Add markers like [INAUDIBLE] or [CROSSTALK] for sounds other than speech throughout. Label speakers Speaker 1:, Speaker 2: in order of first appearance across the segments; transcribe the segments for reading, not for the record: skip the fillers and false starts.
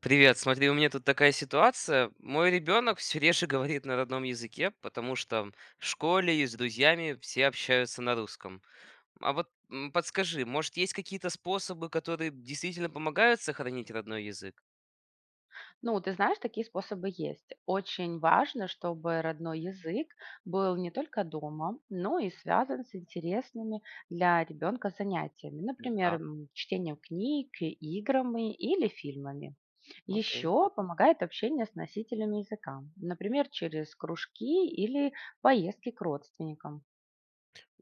Speaker 1: Привет, смотри, у меня тут такая ситуация. Мой ребенок все реже говорит на родном языке, потому что в школе и с друзьями все общаются на русском. А вот подскажи, может, есть какие-то способы, которые действительно помогают сохранить родной язык?
Speaker 2: Ну, ты знаешь, такие способы есть. Очень важно, чтобы родной язык был не только дома, но и связан с интересными для ребенка занятиями, например,
Speaker 1: Так,
Speaker 2: чтением книг, и играми или фильмами.
Speaker 1: окей.
Speaker 2: Еще помогает общение с носителями языка, например, через кружки или поездки к родственникам.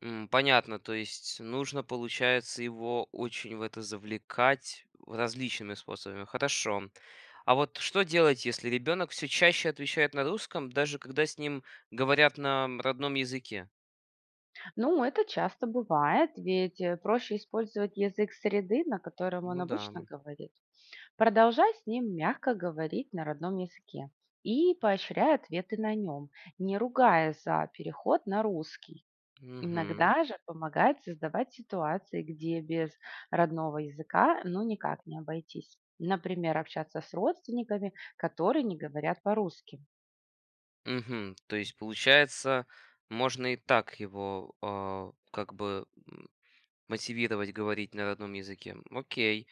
Speaker 1: Понятно, то есть нужно, получается, его очень в это завлекать различными способами. Хорошо. А вот что делать, если ребенок все чаще отвечает на русском, даже когда с ним говорят на родном языке?
Speaker 2: Ну, это часто бывает, ведь проще использовать язык среды, на котором он
Speaker 1: Ну да.
Speaker 2: обычно говорит. Продолжай с ним мягко говорить на родном языке и поощряй ответы на нем, не ругая за переход на русский.
Speaker 1: Мгм.
Speaker 2: Иногда же помогает создавать ситуации, где без родного языка ну никак не обойтись. Например, общаться с родственниками, которые не говорят по-русски.
Speaker 1: Мгм. То есть, получается, можно и так его, как бы, мотивировать говорить на родном языке. Окей.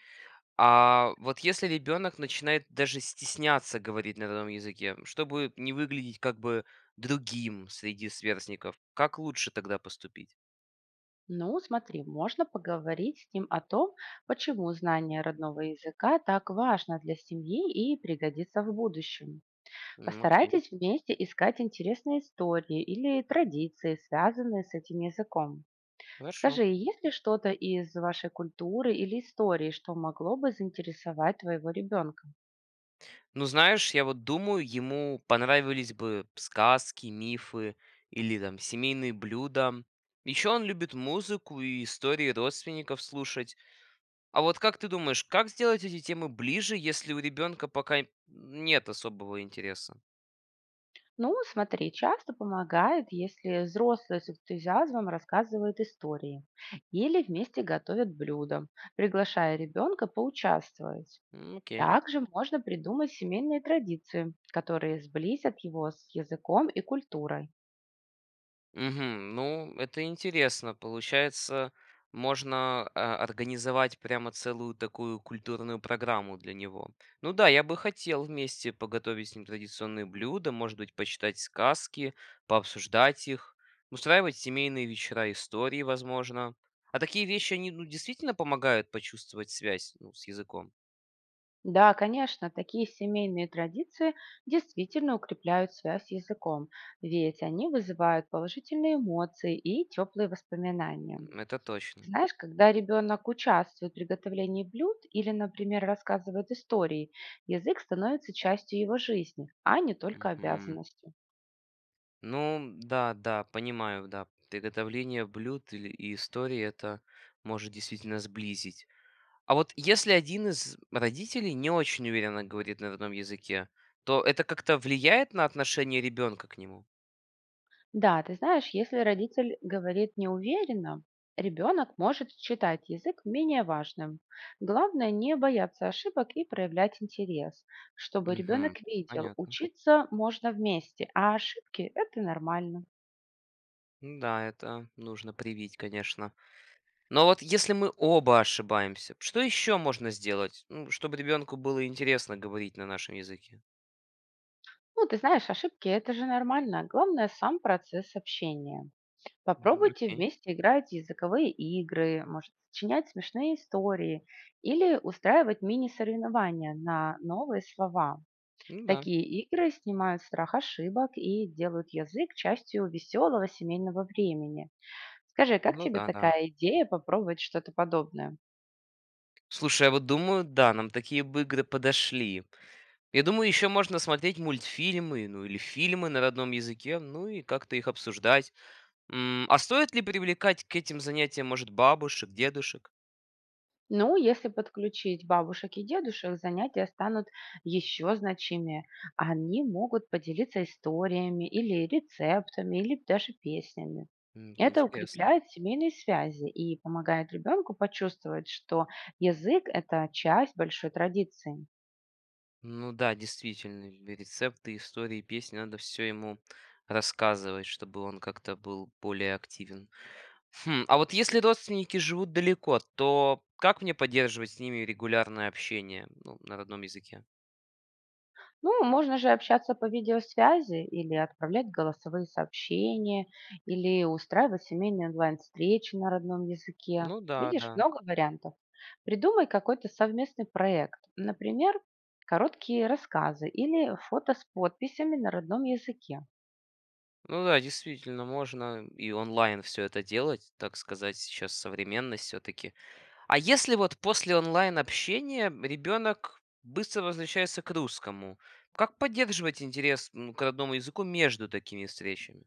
Speaker 1: А вот если ребенок начинает даже стесняться говорить на родном языке, чтобы не выглядеть как бы другим среди сверстников, как лучше тогда поступить?
Speaker 2: Ну, смотри, можно поговорить с ним о том, почему знание родного языка так важно для семьи и пригодится в будущем.
Speaker 1: Окей,
Speaker 2: Постарайтесь вместе искать интересные истории или традиции, связанные с этим языком.
Speaker 1: хорошо.
Speaker 2: Скажи, есть ли что-то из вашей культуры или истории, что могло бы заинтересовать твоего ребенка?
Speaker 1: Ну, знаешь, я вот думаю, ему понравились бы сказки, мифы или там семейные блюда. Еще он любит музыку и истории родственников слушать. А вот как ты думаешь, как сделать эти темы ближе, если у ребенка пока нет особого интереса?
Speaker 2: Ну, смотри, часто помогает, если взрослые с энтузиазмом рассказывают истории или вместе готовят блюдо, приглашая ребенка поучаствовать.
Speaker 1: Окей.
Speaker 2: Также можно придумать семейные традиции, которые сблизят его с языком и культурой.
Speaker 1: Мгм. Ну, это интересно. Получается, можно организовать прямо целую такую культурную программу для него. Ну да, я бы хотел вместе поготовить с ним традиционные блюда, может быть, почитать сказки, пообсуждать их, устраивать семейные вечера истории, возможно. А такие вещи, они ну, действительно помогают почувствовать связь ну, с языком.
Speaker 2: Да, конечно, такие семейные традиции действительно укрепляют связь с языком, ведь они вызывают положительные эмоции и теплые воспоминания.
Speaker 1: Это точно.
Speaker 2: Знаешь, когда ребенок участвует в приготовлении блюд или, например, рассказывает истории, язык становится частью его жизни, а не только
Speaker 1: Мгм.
Speaker 2: обязанностью.
Speaker 1: Ну да, да, понимаю, да. Приготовление блюд или и истории это может действительно сблизить. А вот если один из родителей не очень уверенно говорит на родном языке, то это как-то влияет на отношение ребенка к нему?
Speaker 2: Да, ты знаешь, если родитель говорит неуверенно, ребенок может считать язык менее важным. Главное не бояться ошибок и проявлять интерес, чтобы
Speaker 1: Мгм.
Speaker 2: ребенок видел,
Speaker 1: Понятно.
Speaker 2: учиться можно вместе, а ошибки– это нормально.
Speaker 1: Ну да, это нужно привить, конечно. Но вот если мы оба ошибаемся, что еще можно сделать, ну, чтобы ребенку было интересно говорить на нашем языке?
Speaker 2: Ну, ты знаешь, ошибки– это же нормально. Главное– сам процесс общения. Попробуйте
Speaker 1: Окей.
Speaker 2: вместе играть в языковые игры, может, сочинять смешные истории или устраивать мини-соревнования на новые слова.
Speaker 1: Ну да,
Speaker 2: Такие игры снимают страх ошибок и делают язык частью веселого семейного времени. Скажи, как
Speaker 1: ну
Speaker 2: тебе
Speaker 1: да, да.
Speaker 2: такая идея попробовать что-то подобное?
Speaker 1: Слушай, я вот думаю, да, нам такие бы игры подошли. Я думаю, еще можно смотреть мультфильмы, ну или фильмы на родном языке, ну и как-то их обсуждать. А стоит ли привлекать к этим занятиям, может, бабушек, дедушек?
Speaker 2: Ну, если подключить бабушек и дедушек, занятия станут еще значимее. Они могут поделиться историями или рецептами, или даже песнями. Это
Speaker 1: Интересно.
Speaker 2: укрепляет семейные связи и помогает ребенку почувствовать, что язык– это часть большой традиции.
Speaker 1: Ну да, действительно, и рецепты, истории, песни, надо все ему рассказывать, чтобы он как-то был более активен. Хм, а вот если родственники живут далеко, то как мне поддерживать с ними регулярное общение, ну, на родном языке?
Speaker 2: Ну, можно же общаться по видеосвязи или отправлять голосовые сообщения, или устраивать семейные онлайн-встречи на родном языке.
Speaker 1: Ну да,
Speaker 2: Видишь,
Speaker 1: да.
Speaker 2: много вариантов. Придумай какой-то совместный проект, например, короткие рассказы или фото с подписями на родном языке.
Speaker 1: Ну да, действительно, можно и онлайн все это делать, так сказать, сейчас современность все-таки. А если вот после онлайн-общения ребенок быстро возвращается к русскому, как поддерживать интерес к родному языку между такими встречами?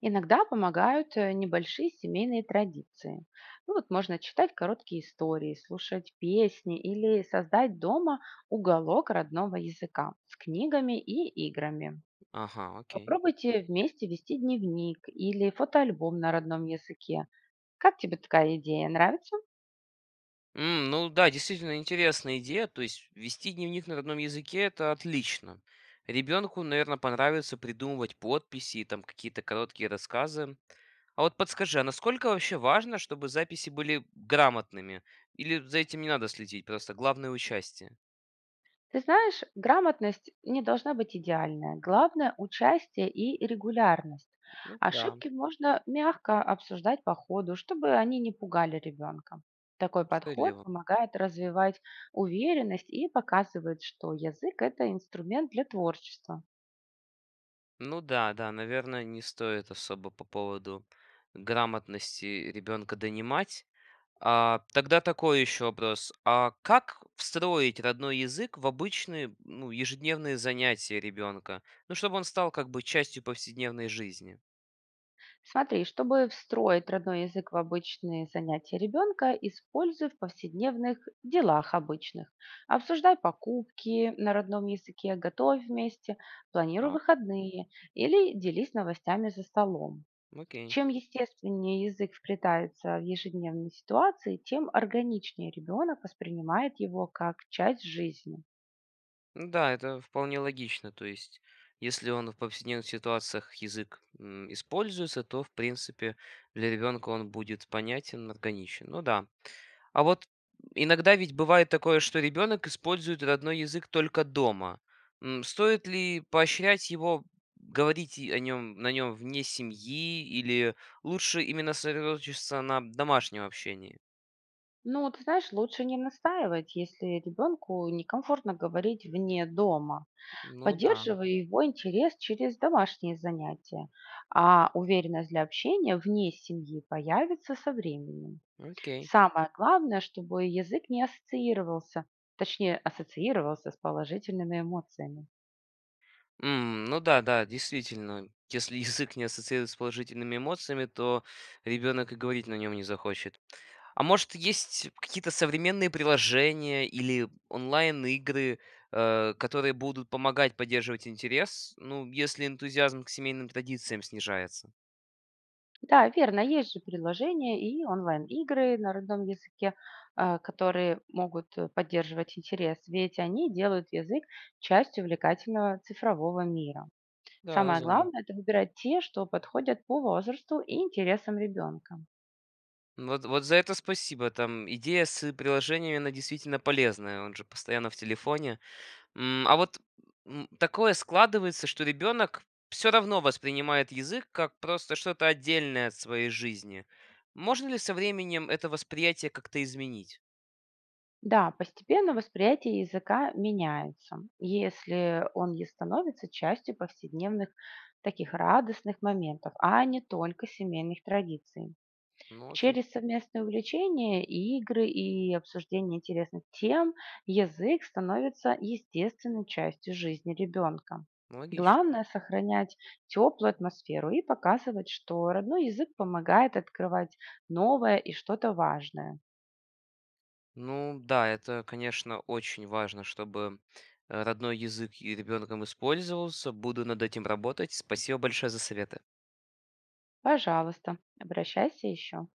Speaker 2: Иногда помогают небольшие семейные традиции. Ну вот можно читать короткие истории, слушать песни или создать дома уголок родного языка с книгами и играми.
Speaker 1: Ага, окей.
Speaker 2: Попробуйте вместе вести дневник или фотоальбом на родном языке. Как тебе такая идея? Нравится?
Speaker 1: Ну да, действительно интересная идея. То есть вести дневник на родном языке это отлично. Ребенку, наверное, понравится придумывать подписи и там какие-то короткие рассказы. А вот подскажи, а насколько вообще важно, чтобы записи были грамотными? Или за этим не надо следить, просто главное участие?
Speaker 2: Ты знаешь, грамотность не должна быть идеальная. Главное– участие и регулярность.
Speaker 1: Ну да,
Speaker 2: Ошибки можно мягко обсуждать по ходу, чтобы они не пугали ребенка. Такой
Speaker 1: ну,
Speaker 2: подход
Speaker 1: справедливо.
Speaker 2: помогает развивать уверенность и показывает, что язык– это инструмент для творчества.
Speaker 1: Ну да, да, наверное, не стоит особо по поводу грамотности ребенка донимать. Тогда такой еще вопрос. А как встроить родной язык в обычные, ну, ежедневные занятия ребенка? Ну, чтобы он стал как бы частью повседневной жизни.
Speaker 2: Смотри, чтобы встроить родной язык в обычные занятия ребенка, используй в повседневных делах обычных. Обсуждай покупки на родном языке, готовь вместе, планируй
Speaker 1: А,
Speaker 2: выходные или делись новостями за столом.
Speaker 1: окей.
Speaker 2: Чем естественнее язык вплетается в ежедневные ситуации, тем органичнее ребенок воспринимает его как часть жизни.
Speaker 1: Ну да, это вполне логично. То есть, если он в повседневных ситуациях язык используется, то, в принципе, для ребенка он будет понятен, органичен. Ну да. А вот иногда ведь бывает такое, что ребенок использует родной язык только дома. Стоит ли поощрять его говорить и о нем, на нем вне семьи или лучше именно сосредоточиться на домашнем общении?
Speaker 2: Ну, ты знаешь, лучше не настаивать, если ребенку некомфортно говорить вне дома.
Speaker 1: Ну да,
Speaker 2: Поддерживая его интерес через домашние занятия, а уверенность для общения вне семьи появится со временем.
Speaker 1: окей.
Speaker 2: Самое главное, чтобы язык не ассоциировался, точнее ассоциировался с положительными эмоциями.
Speaker 1: Ну да, да, действительно. Если [LAUGHS] язык не ассоциируется с положительными эмоциями, то ребенок и говорить на нем не захочет. А может, есть какие-то современные приложения или онлайн-игры, которые будут помогать поддерживать интерес, ну, если энтузиазм к семейным традициям снижается?
Speaker 2: Да, верно, есть же приложения и онлайн-игры на родном языке, которые могут поддерживать интерес, ведь они делают язык частью увлекательного цифрового мира.
Speaker 1: Да,
Speaker 2: Самое
Speaker 1: разумно.
Speaker 2: главное– это выбирать те, что подходят по возрасту и интересам ребенка.
Speaker 1: Вот, вот за это спасибо. Там идея с приложениями, она действительно полезная. Он же постоянно в телефоне. А вот такое складывается, что ребенок все равно воспринимает язык как просто что-то отдельное от своей жизни. Можно ли со временем это восприятие как-то изменить?
Speaker 2: Да, постепенно восприятие языка меняется, если он и становится частью повседневных таких радостных моментов, а не только семейных традиций.
Speaker 1: Ну, окей.
Speaker 2: Через совместное увлечение, игры и обсуждение интересных тем язык становится естественной частью жизни ребенка.
Speaker 1: Ну, логично.
Speaker 2: Главное– сохранять теплую атмосферу и показывать, что родной язык помогает открывать новое и что-то важное.
Speaker 1: Ну да, это, конечно, очень важно, чтобы родной язык и ребенком использовался. Буду над этим работать. Спасибо большое за советы.
Speaker 2: Пожалуйста, обращайся еще.